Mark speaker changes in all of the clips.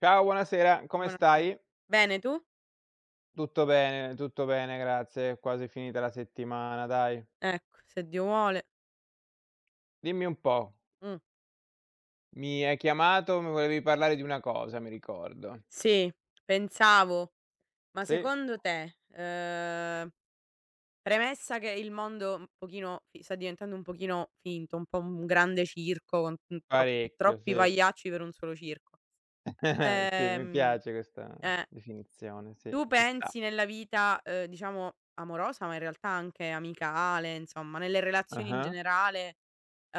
Speaker 1: Ciao, buonasera, come
Speaker 2: Buonasera.
Speaker 1: stai?
Speaker 2: Bene, tu?
Speaker 1: Tutto bene, grazie. È quasi finita la settimana, dai.
Speaker 2: Ecco, se Dio vuole.
Speaker 1: Dimmi un po',
Speaker 2: Mh.
Speaker 1: mi hai chiamato, mi volevi parlare di una cosa, mi ricordo.
Speaker 2: Sì, pensavo, ma
Speaker 1: Sì,
Speaker 2: secondo te, premessa che il mondo un pochino fi sta diventando un pochino finto, un po' un grande circo con, troppi
Speaker 1: parecchio,
Speaker 2: troppi
Speaker 1: sì.
Speaker 2: pagliacci per un solo circo.
Speaker 1: Sì, mi
Speaker 2: Ehm
Speaker 1: piace questa
Speaker 2: eh.
Speaker 1: definizione, sì,
Speaker 2: Tu
Speaker 1: ci sta.
Speaker 2: pensi nella vita, diciamo amorosa, ma in realtà anche amicale, insomma nelle relazioni in
Speaker 1: Ah-ah,
Speaker 2: generale,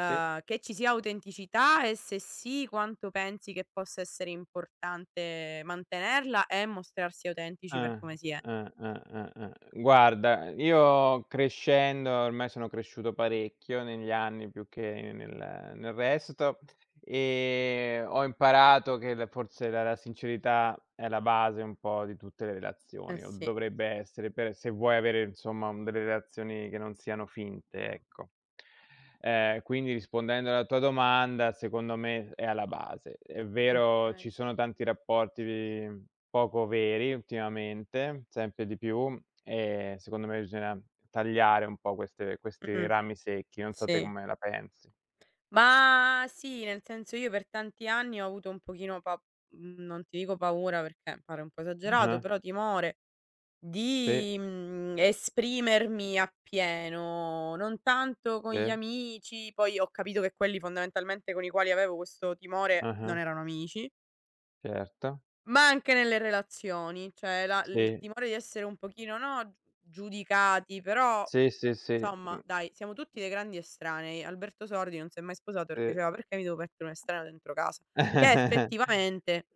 Speaker 1: sì.
Speaker 2: che ci sia autenticità e se sì, quanto pensi che possa essere importante mantenerla e mostrarsi autentici per
Speaker 1: Ah,
Speaker 2: come si è?
Speaker 1: ah, ah, ah, ah. Guarda, io crescendo, ormai sono cresciuto parecchio negli anni, più che nel resto. Ho imparato che la forse la sincerità è la base un po' di tutte le
Speaker 2: Eh
Speaker 1: relazioni, o
Speaker 2: sì,
Speaker 1: dovrebbe essere, per se vuoi avere, insomma, un delle relazioni che non siano finte, ecco. Quindi rispondendo alla tua domanda, secondo me è alla base. È vero,
Speaker 2: okay.
Speaker 1: ci sono tanti rapporti poco veri ultimamente, sempre di più, e secondo me bisogna tagliare un po' queste questi
Speaker 2: Mh-mh,
Speaker 1: rami secchi, non so te
Speaker 2: sì.
Speaker 1: come la pensi.
Speaker 2: Ma sì, nel senso io per tanti anni ho avuto un pochino pa non ti dico paura perché pare un po' esagerato,
Speaker 1: Ah-ah.
Speaker 2: però timore
Speaker 1: Sì,
Speaker 2: di, esprimermi appieno, non tanto con gli
Speaker 1: sì.
Speaker 2: amici, poi ho capito che quelli fondamentalmente con i quali avevo questo timore non
Speaker 1: Ah-ah,
Speaker 2: erano amici,
Speaker 1: certo.
Speaker 2: ma anche nelle relazioni, cioè la il
Speaker 1: Sì,
Speaker 2: timore di essere un pochino, no, giudicati, però
Speaker 1: sì, sì, sì, mh,
Speaker 2: insomma dai, siamo tutti dei grandi estranei. Alberto Sordi non si è mai sposato perché
Speaker 1: sì.
Speaker 2: diceva: "Perché mi devo mettere un estraneo dentro casa?" Che effettivamente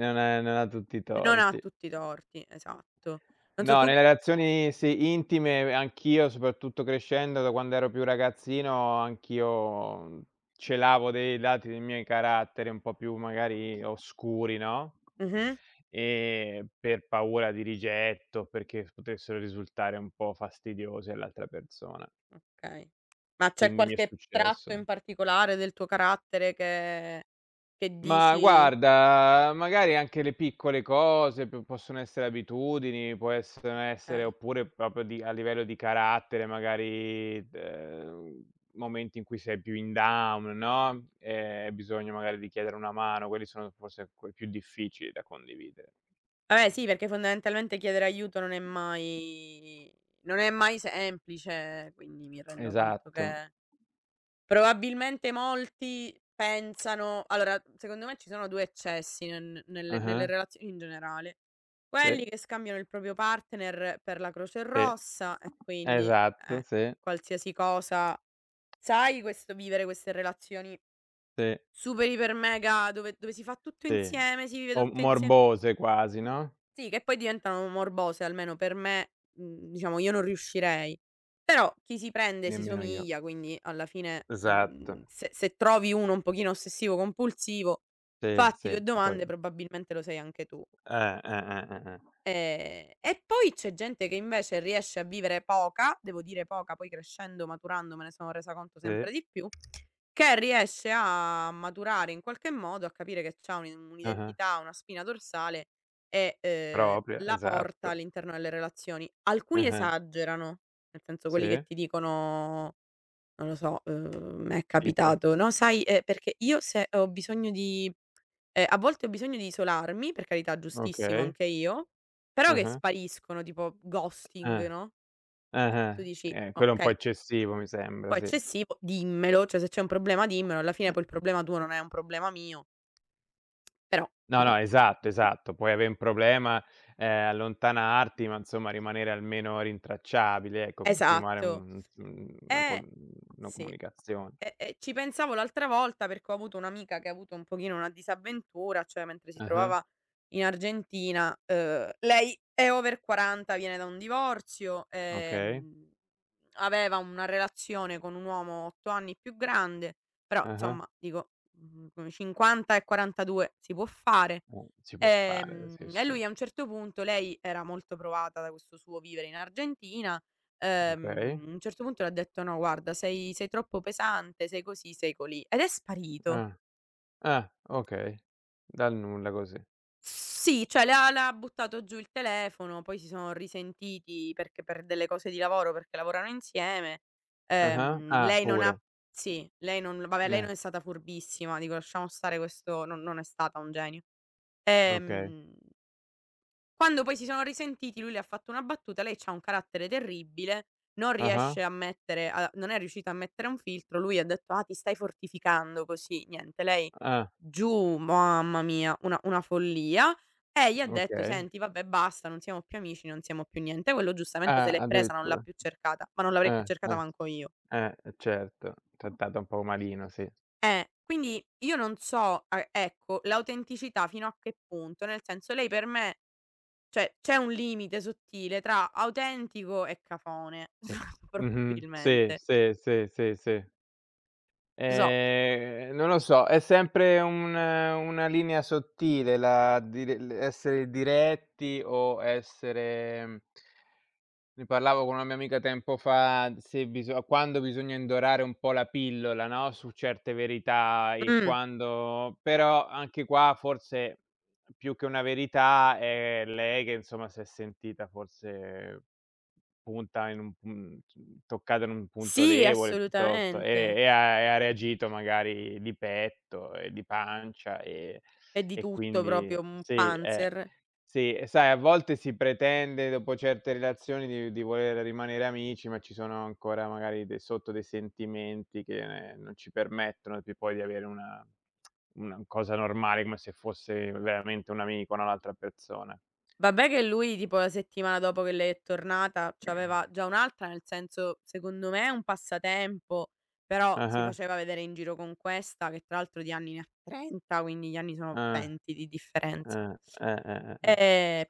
Speaker 1: Non ha tutti i
Speaker 2: non ha
Speaker 1: torti.
Speaker 2: tutti i torti, esatto. Non so
Speaker 1: No,
Speaker 2: tu.
Speaker 1: nelle relazioni sì, intime anch'io, soprattutto crescendo, da quando ero più ragazzino, anch'io, celavo dei lati dei miei caratteri un po' più magari oscuri, no,
Speaker 2: Mh-mh.
Speaker 1: per paura di rigetto, perché potessero risultare un po' fastidiosi all'altra persona.
Speaker 2: Okay. Ma c'è
Speaker 1: Quindi mi è
Speaker 2: qualche tratto in
Speaker 1: successo.
Speaker 2: particolare del tuo carattere che
Speaker 1: Ma
Speaker 2: dici.
Speaker 1: guarda, magari anche le piccole cose p possono essere abitudini, può essere
Speaker 2: Okay.
Speaker 1: oppure proprio di a livello di carattere, magari, momenti in cui sei più in down, no, hai bisogno magari di chiedere una mano, quelli sono forse que più difficili da condividere.
Speaker 2: Vabbè sì, perché fondamentalmente chiedere aiuto non è mai non è mai semplice, quindi mi rendo conto
Speaker 1: Esatto.
Speaker 2: che probabilmente molti pensano allora, secondo me ci sono 2 eccessi nelle
Speaker 1: Ah-ah.
Speaker 2: relazioni in generale.
Speaker 1: Sì,
Speaker 2: Quelli che scambiano il proprio partner per la Croce
Speaker 1: sì.
Speaker 2: Rossa e quindi,
Speaker 1: Esatto,
Speaker 2: ecco,
Speaker 1: sì,
Speaker 2: qualsiasi cosa. Sai, questo vivere queste relazioni
Speaker 1: sì,
Speaker 2: super, iper, mega, dove si fa tutto
Speaker 1: sì.
Speaker 2: insieme, si vive
Speaker 1: O
Speaker 2: tutto insie
Speaker 1: morbose quasi, no?
Speaker 2: sì, che poi diventano morbose, almeno per me, diciamo io non riuscirei. Però chi si prende si
Speaker 1: Nemmeno io.
Speaker 2: somiglia, quindi alla fine,
Speaker 1: Esatto.
Speaker 2: se trovi uno un pochino ossessivo compulsivo,
Speaker 1: Sì,
Speaker 2: fatti 2
Speaker 1: sì, ci può.
Speaker 2: domande, probabilmente lo sei anche tu.
Speaker 1: Eh.
Speaker 2: E poi c'è gente che invece riesce a vivere poca, devo dire poca, poi crescendo, maturando me ne sono resa conto sempre
Speaker 1: Sì,
Speaker 2: di più, che riesce a maturare in qualche modo, a capire che c'ha un
Speaker 1: ah-ah,
Speaker 2: un'identità, una spina dorsale e,
Speaker 1: propria,
Speaker 2: la porta
Speaker 1: esatto.
Speaker 2: all'interno delle relazioni. Alcuni
Speaker 1: Ah-ah,
Speaker 2: esagerano, nel senso
Speaker 1: sì,
Speaker 2: quelli che ti dicono non lo so, m'è
Speaker 1: tipo?
Speaker 2: capitato, no, sai, perché io se ho bisogno di a volte ho bisogno di isolarmi, per carità, giustissimo,
Speaker 1: Okay.
Speaker 2: anche io, però che
Speaker 1: Ah-ah,
Speaker 2: spariscono, tipo ghosting,
Speaker 1: ah,
Speaker 2: no, cioè tu
Speaker 1: ah-ah.
Speaker 2: dici:
Speaker 1: Quello è un po'
Speaker 2: "Okay,
Speaker 1: eccessivo, mi sembra,
Speaker 2: poi
Speaker 1: sì.
Speaker 2: eccessivo, dimmelo, cioè se c'è un problema dimmelo, alla fine poi il problema tuo non è un problema mio." Però
Speaker 1: No, no,
Speaker 2: dico
Speaker 1: esatto, esatto. Puoi avere un problema, allontanarti, ma insomma rimanere almeno rintracciabile, ecco, continuare
Speaker 2: esatto.
Speaker 1: un una col
Speaker 2: Eh,
Speaker 1: una
Speaker 2: sì.
Speaker 1: comunicazione.
Speaker 2: Ci pensavo l'altra volta perché ho avuto un'amica che ha avuto un pochino una disavventura, cioè mentre si
Speaker 1: Ah-ah,
Speaker 2: trovava in Argentina, lei è over 40, viene da un divorzio,
Speaker 1: okay.
Speaker 2: aveva una relazione con un uomo 8 anni più grande, però
Speaker 1: Ah-ah,
Speaker 2: insomma dico, 50 e 42 si può fare.
Speaker 1: si può fare,
Speaker 2: Ehm,
Speaker 1: sì, sì,
Speaker 2: e
Speaker 1: sì.
Speaker 2: lui a un certo punto, lei era molto provata da questo suo vivere in Argentina,
Speaker 1: Okay.
Speaker 2: a un certo punto le ha detto: "No, guarda, sei troppo pesante, sei così, sei colì." Ed è sparito.
Speaker 1: Ah. Ah, okay. Dal nulla, così.
Speaker 2: Sì, cioè le ha buttato giù il telefono, poi si sono risentiti perché per delle cose di lavoro, perché lavorano insieme.
Speaker 1: Ah-ah. Ah,
Speaker 2: Lei non ha.
Speaker 1: pure.
Speaker 2: Sì, lei non. Vabbè, lei
Speaker 1: Eh,
Speaker 2: non è stata furbissima, dico lasciamo stare questo, non è stata un genio.
Speaker 1: okay.
Speaker 2: Ehm Quando poi si sono risentiti, lui le ha fatto una battuta, lei c'ha un carattere terribile, non
Speaker 1: Ah-ah.
Speaker 2: riesce a mettere a non è riuscita a mettere un filtro, lui ha detto: "Ah, ti stai fortificando così". Niente, lei
Speaker 1: Ah,
Speaker 2: giù, mamma mia, una follia. E gli ha detto:
Speaker 1: okay.
Speaker 2: "Senti, vabbè, basta, non siamo più amici, non siamo più niente". Quello giustamente se
Speaker 1: Ah,
Speaker 2: l'è presa, non l'ha
Speaker 1: addirittura.
Speaker 2: più cercata, ma non l'avrei più
Speaker 1: Eh,
Speaker 2: cercata
Speaker 1: eh,
Speaker 2: manco io.
Speaker 1: e certo. Trattato un po' malino, sì.
Speaker 2: Quindi io non so, a ecco, l'autenticità fino a che punto, nel senso lei per me. Cioè, c'è un limite sottile tra autentico e cafone,
Speaker 1: Mh-mh. Sì,
Speaker 2: probabilmente.
Speaker 1: sì, sì, sì, sì.
Speaker 2: Lo so.
Speaker 1: Non lo so, è sempre un una linea sottile, la dire l essere diretti o essere. Ne parlavo con una mia amica tempo fa, se biso quando bisogna indorare un po' la pillola, no, su certe verità. E
Speaker 2: Mh,
Speaker 1: quando però, anche qua, forse più che una verità, è lei che insomma si è sentita forse punta in un mhmm, toccata in un punto
Speaker 2: sì,
Speaker 1: debole, piuttosto, e
Speaker 2: assolutamente.
Speaker 1: e ha e ha reagito magari di petto e di pancia,
Speaker 2: È di
Speaker 1: e
Speaker 2: tutto,
Speaker 1: quindi
Speaker 2: proprio un
Speaker 1: sì, eh.
Speaker 2: panzer.
Speaker 1: Sì, e sai, a volte si pretende, dopo certe relazioni, di voler rimanere amici, ma ci sono ancora, magari, de sotto dei sentimenti che, non ci permettono più poi di avere una cosa normale, come se fosse veramente un amico, no, l'altra persona.
Speaker 2: Vabbè che lui, tipo la settimana dopo che lei è tornata, c'aveva già un'altra, nel senso, secondo me è un passatempo, però si
Speaker 1: Ah-ah,
Speaker 2: faceva vedere in giro con questa che, tra l'altro, di anni ne ha 30, quindi gli anni sono
Speaker 1: ah,
Speaker 2: 20 di differenza.
Speaker 1: eh.
Speaker 2: Ehm,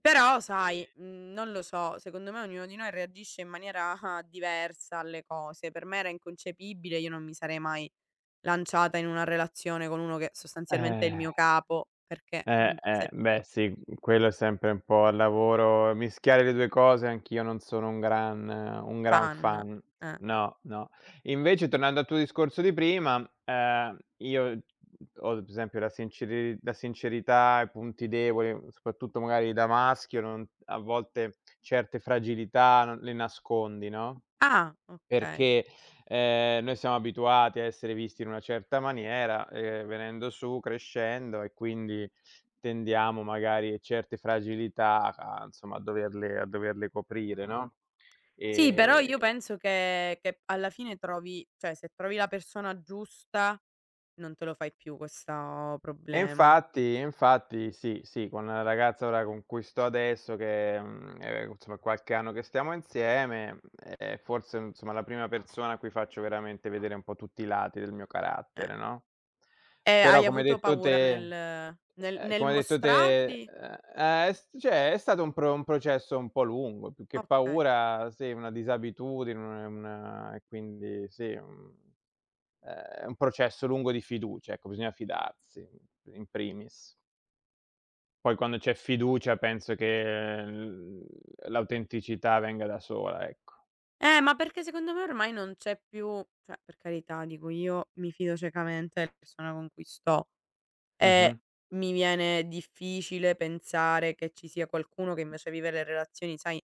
Speaker 2: però sai, non lo so, secondo me ognuno di noi reagisce in maniera diversa alle cose. Per me era inconcepibile, io non mi sarei mai lanciata in una relazione con uno che sostanzialmente è il
Speaker 1: Eh.
Speaker 2: mio capo, perché, se
Speaker 1: Beh sì, quello è sempre un po', al lavoro, mischiare le 2 cose. Anch'io non sono un gran
Speaker 2: fan
Speaker 1: fan.
Speaker 2: eh.
Speaker 1: No, no. Invece, tornando al tuo discorso di prima, io ho, ad esempio, la sincerità, i punti deboli, soprattutto magari da maschio, non, a volte certe fragilità non le nascondi, no?
Speaker 2: Ah, okay.
Speaker 1: Perché, noi siamo abituati a essere visti in una certa maniera, venendo su, crescendo, e quindi tendiamo, magari, certe fragilità insomma, a doverle coprire. Mh-mh. No,
Speaker 2: Sì, però
Speaker 1: ehm
Speaker 2: io penso che alla fine trovi, cioè se trovi la persona giusta non te lo fai più questo problema,
Speaker 1: E infatti, sì, sì, con la ragazza ora con cui sto adesso che, insomma, qualche anno che stiamo insieme, è forse, insomma, la prima persona a cui faccio veramente vedere un po' tutti i lati del mio
Speaker 2: eh.
Speaker 1: carattere, no,
Speaker 2: E hai
Speaker 1: però
Speaker 2: avuto paura nel nel nel
Speaker 1: come hai detto te,
Speaker 2: mostrarli?
Speaker 1: s cioè, è stato un processo un po' lungo, più che
Speaker 2: Okay.
Speaker 1: paura, sì, una disabitudine, un una e quindi sì, mhmm è un processo lungo di fiducia, ecco, bisogna fidarsi in primis. Poi, quando c'è fiducia, penso che l l'autenticità venga da sola, ecco.
Speaker 2: Ma perché secondo me ormai non c'è più, cioè, per carità, dico io mi fido ciecamente della persona con cui sto e
Speaker 1: Mh-mh,
Speaker 2: mi viene difficile pensare che ci sia qualcuno che invece vive le relazioni, sai, in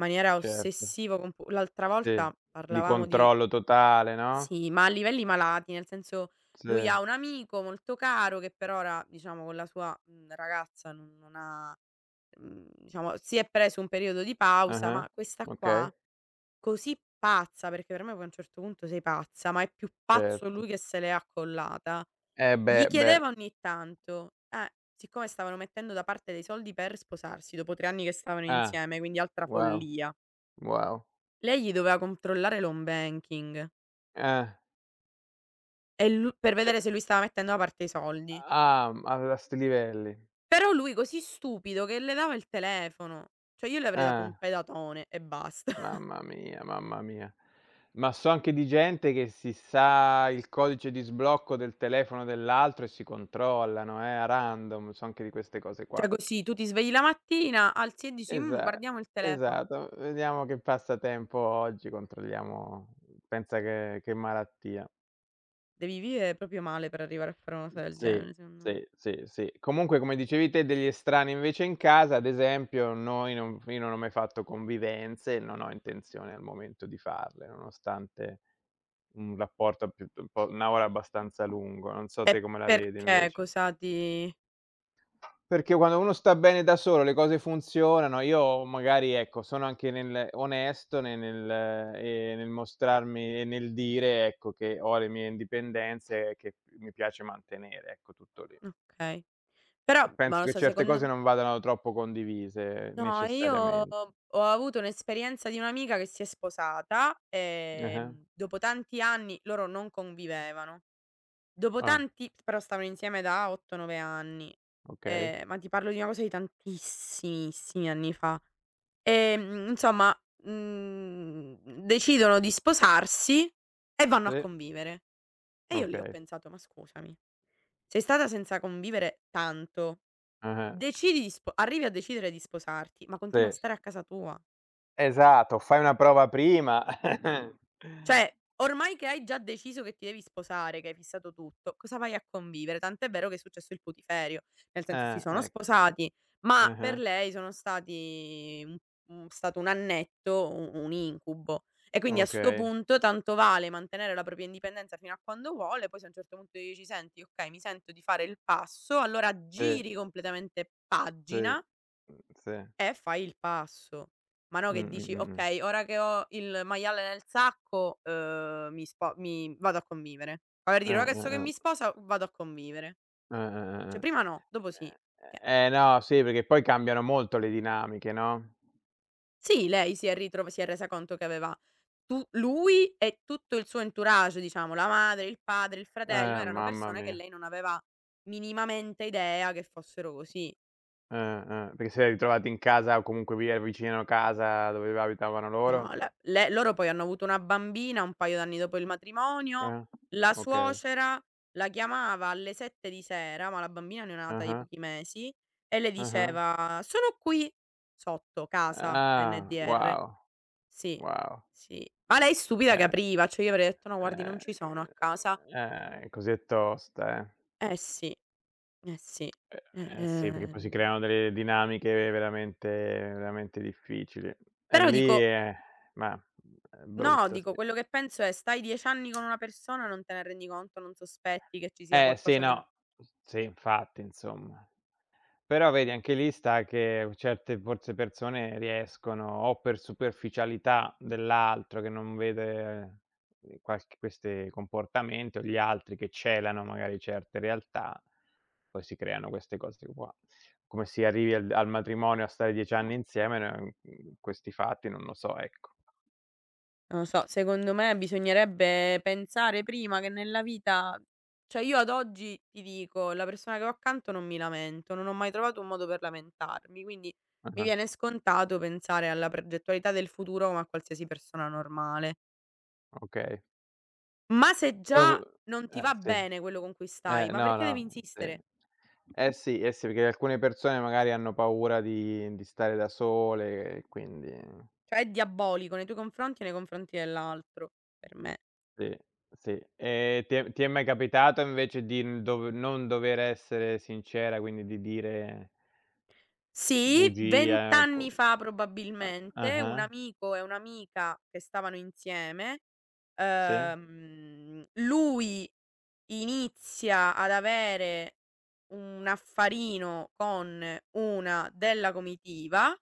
Speaker 2: maniera
Speaker 1: certo,
Speaker 2: ossessiva compu l'altra
Speaker 1: sì,
Speaker 2: volta
Speaker 1: di
Speaker 2: parlavamo di
Speaker 1: controllo totale, no,
Speaker 2: sì, ma a livelli malati, nel senso lui
Speaker 1: sì,
Speaker 2: ha un amico molto caro che per ora, diciamo, con la sua, ragazza non ha, diciamo si è preso un periodo di pausa,
Speaker 1: ah-ah,
Speaker 2: ma questa
Speaker 1: okay,
Speaker 2: qua, così pazza, perché per me poi a un certo punto sei pazza, ma è più pazzo
Speaker 1: certo.
Speaker 2: lui che se l'è accollata.
Speaker 1: Eh
Speaker 2: Gli
Speaker 1: beh, beh,
Speaker 2: chiedeva ogni tanto, siccome stavano mettendo da parte dei soldi per sposarsi dopo 3 anni che stavano
Speaker 1: ah,
Speaker 2: insieme, quindi altra
Speaker 1: wow,
Speaker 2: follia.
Speaker 1: wow,
Speaker 2: Lei gli doveva controllare l'home banking
Speaker 1: ah,
Speaker 2: e lu per
Speaker 1: cioè,
Speaker 2: vedere se lui stava mettendo da parte i soldi.
Speaker 1: ah, a 'sti livelli,
Speaker 2: Però lui così stupido che le dava il telefono. Cioè io le avrei dato un
Speaker 1: ah.
Speaker 2: pedatone e basta.
Speaker 1: Mamma mia, mamma mia. Ma so anche di gente che si sa il codice di sblocco del telefono dell'altro e si controllano, a random, so anche di queste cose
Speaker 2: Cioè
Speaker 1: qua.
Speaker 2: così tu ti svegli la mattina, alzi e dici:
Speaker 1: Esa
Speaker 2: Guardiamo il telefono".
Speaker 1: esatto, vediamo che passatempo ho oggi, controlliamo, pensa che malattia.
Speaker 2: Devi vivere proprio male per arrivare a fare una cosa del
Speaker 1: Sì,
Speaker 2: genere, secondo me.
Speaker 1: sì, sì, sì. Comunque, come dicevi te, degli estranei invece in casa, ad esempio, noi non io non ho mai fatto convivenze, non ho intenzione al momento di farle, nonostante un rapporto più un po' 1 ora abbastanza lungo, non so te
Speaker 2: E
Speaker 1: come la vedi
Speaker 2: perché?
Speaker 1: invece.
Speaker 2: Cosa ti.
Speaker 1: Perché quando uno sta bene da solo, le cose funzionano. Io, magari, ecco, sono anche nel onesto ne nel nel mostrarmi e nel dire, ecco, che ho le mie indipendenze che mi piace mantenere, ecco, tutto lì.
Speaker 2: Okay. Però,
Speaker 1: Penso
Speaker 2: ma lo
Speaker 1: che
Speaker 2: so,
Speaker 1: certe
Speaker 2: secondo
Speaker 1: cose
Speaker 2: m
Speaker 1: non vadano troppo condivise
Speaker 2: no, io
Speaker 1: necessariamente.
Speaker 2: ho avuto un'esperienza di un'amica che si è sposata,
Speaker 1: Ah-ah.
Speaker 2: dopo tanti anni loro non convivevano. Dopo
Speaker 1: Ah,
Speaker 2: tanti però stavano insieme da 8, 9 anni,
Speaker 1: okay.
Speaker 2: ma ti parlo di una cosa di tantissimissimi anni fa. Insomma, mhmm, decidono di sposarsi e vanno a
Speaker 1: Sì,
Speaker 2: convivere. E io lì ho
Speaker 1: okay.
Speaker 2: pensato: "Ma scusami, sei stata senza convivere tanto,
Speaker 1: Ah-ah.
Speaker 2: decidi di spo arrivi a decidere di sposarti, ma continua a
Speaker 1: Sì.
Speaker 2: stare a casa tua".
Speaker 1: Esatto, fai una prova prima.
Speaker 2: Cioè, ormai che hai già deciso che ti devi sposare, che hai fissato tutto, cosa vai a convivere? Tant'è vero che è successo il putiferio, nel senso si sono
Speaker 1: Ecco.
Speaker 2: sposati, ma per
Speaker 1: Ah-ah,
Speaker 2: lei sono stati un stato un annetto, u un incubo. E quindi a 'sto
Speaker 1: okay.
Speaker 2: punto tanto vale mantenere la propria indipendenza fino a quando vuole, poi se a un certo punto dici: "Senti, okay, mi sento di fare il passo", allora
Speaker 1: Sì,
Speaker 2: giri completamente
Speaker 1: sì,
Speaker 2: pagina,
Speaker 1: sì.
Speaker 2: fai il passo. Ma no
Speaker 1: Mh,
Speaker 2: che
Speaker 1: mh,
Speaker 2: dici:
Speaker 1: mh, mh.
Speaker 2: "Okay, ora che ho il maiale nel sacco, mi vado a convivere". Ma per dire: "Ora che so che mi
Speaker 1: Eh.
Speaker 2: sposa, vado a convivere". Cioè prima
Speaker 1: Eh.
Speaker 2: no, dopo sì. Che
Speaker 1: No, sì, perché poi cambiano molto le dinamiche, no.
Speaker 2: sì, lei si è resa conto che aveva tu lui e tutto il suo entourage, diciamo, la madre, il padre, il fratello, erano
Speaker 1: Mamma
Speaker 2: persone che
Speaker 1: mia.
Speaker 2: lei non aveva minimamente idea che fossero così.
Speaker 1: Perché siete ritrovati in casa o comunque via vicino casa dove abitavano
Speaker 2: No,
Speaker 1: loro?
Speaker 2: la le loro poi hanno avuto una bambina un paio d'anni dopo il matrimonio,
Speaker 1: Eh,
Speaker 2: la
Speaker 1: okay.
Speaker 2: suocera la chiamava alle 7 di sera, ma la bambina neonata di
Speaker 1: Ah-ah,
Speaker 2: pochi mesi, e le
Speaker 1: ah-ah.
Speaker 2: diceva: "Sono qui sotto casa
Speaker 1: Ah,
Speaker 2: NDR".
Speaker 1: wow,
Speaker 2: Sì,
Speaker 1: wow.
Speaker 2: sì. Ma lei è stupida che
Speaker 1: Eh.
Speaker 2: apriva, cioè io avrei detto: "No, guardi, non ci sono a
Speaker 1: Eh,
Speaker 2: casa".
Speaker 1: così è tosta, eh.
Speaker 2: Eh sì, eh sì. Eh,
Speaker 1: Eh sì, perché poi si
Speaker 2: ehm,
Speaker 1: creano delle dinamiche veramente veramente difficili. E
Speaker 2: però
Speaker 1: lì
Speaker 2: dico
Speaker 1: è, ma è
Speaker 2: no,
Speaker 1: brutta,
Speaker 2: dico
Speaker 1: sì.
Speaker 2: quello che penso è: stai 10 anni con una persona, non te ne rendi conto, non sospetti che ci sia
Speaker 1: Eh sì,
Speaker 2: qualcosa che.
Speaker 1: no. Sì, infatti, insomma. Però vedi, anche lì sta che certe, forse, persone riescono, o per superficialità dell'altro che non vede, qualche queste comportamenti, o gli altri che celano magari certe realtà, poi si creano queste cose qua. Come si arrivi al matrimonio a stare 10 anni insieme, questi fatti non lo so, ecco.
Speaker 2: Non lo so, secondo me bisognerebbe pensare prima che nella vita, cioè io ad oggi ti dico, la persona che ho accanto non mi lamento, non ho mai trovato un modo per lamentarmi, quindi mi
Speaker 1: Ah-ah,
Speaker 2: viene scontato pensare alla progettualità del futuro come a qualsiasi persona normale.
Speaker 1: okay.
Speaker 2: Ma se
Speaker 1: Poi, v
Speaker 2: già non ti va
Speaker 1: sì.
Speaker 2: bene quello con cui stai, ma
Speaker 1: No,
Speaker 2: perché devi
Speaker 1: no, sì.
Speaker 2: insistere?
Speaker 1: Eh sì, eh sì, perché alcune persone magari hanno paura di stare da sole, e quindi
Speaker 2: Cioè è diabolico nei tuoi confronti e nei confronti dell'altro, per me.
Speaker 1: sì, sì. E ti è mai capitato invece di n dov non dover essere sincera, quindi di dire
Speaker 2: Sì,
Speaker 1: bugie,
Speaker 2: 20
Speaker 1: co
Speaker 2: anni fa
Speaker 1: a
Speaker 2: probabilmente, un
Speaker 1: ah-ah,
Speaker 2: amico e un'amica che stavano insieme,
Speaker 1: sì,
Speaker 2: lui inizia ad avere un affarino con una della comitiva.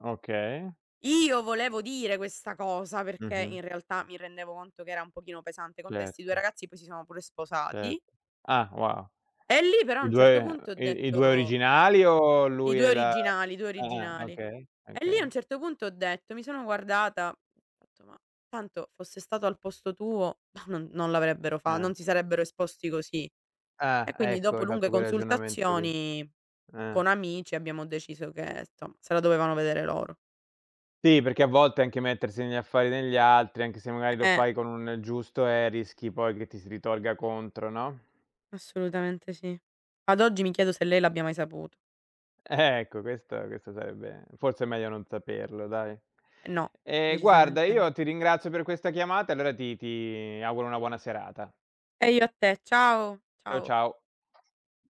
Speaker 1: okay.
Speaker 2: Io volevo dire questa cosa perché
Speaker 1: Mh-mh.
Speaker 2: in realtà mi rendevo conto che era un pochino pesante con te, 'sti 2
Speaker 1: Certo,
Speaker 2: ragazzi poi si sono pure sposati.
Speaker 1: certo. Ah, wow.
Speaker 2: E lì però a
Speaker 1: I
Speaker 2: un certo
Speaker 1: 2
Speaker 2: punto ho
Speaker 1: i i 2
Speaker 2: detto:
Speaker 1: originali, o
Speaker 2: "I
Speaker 1: lui
Speaker 2: 2
Speaker 1: e la,
Speaker 2: originali, i 2
Speaker 1: ah, ah,
Speaker 2: originali".
Speaker 1: okay,
Speaker 2: E lì a un
Speaker 1: okay.
Speaker 2: certo punto ho detto mi sono guardata, ho detto: "Ma tanto fosse stato al posto tuo non l'avrebbero fa
Speaker 1: Eh.
Speaker 2: non si sarebbero esposti così". E
Speaker 1: Ah,
Speaker 2: quindi
Speaker 1: ecco,
Speaker 2: dopo
Speaker 1: hai
Speaker 2: lunghe
Speaker 1: fatto quel ragionamento lì.
Speaker 2: consultazioni
Speaker 1: Eh.
Speaker 2: con amici abbiamo deciso che, insomma, se la dovevano vedere loro.
Speaker 1: Sì, perché a volte, anche mettersi negli affari degli altri, anche se magari lo
Speaker 2: Eh,
Speaker 1: fai con un giusto, e rischi poi che ti si ritorga contro, no.
Speaker 2: Assolutamente sì. Ad oggi mi chiedo se lei l'abbia mai saputo.
Speaker 1: Ecco, questo sarebbe, forse è meglio non saperlo, dai.
Speaker 2: No,
Speaker 1: Guarda,
Speaker 2: decisamente no.
Speaker 1: io ti ringrazio per questa chiamata, allora ti auguro una buona serata.
Speaker 2: E io a te, ciao,
Speaker 1: Ciao,
Speaker 2: ciao.
Speaker 1: ciao.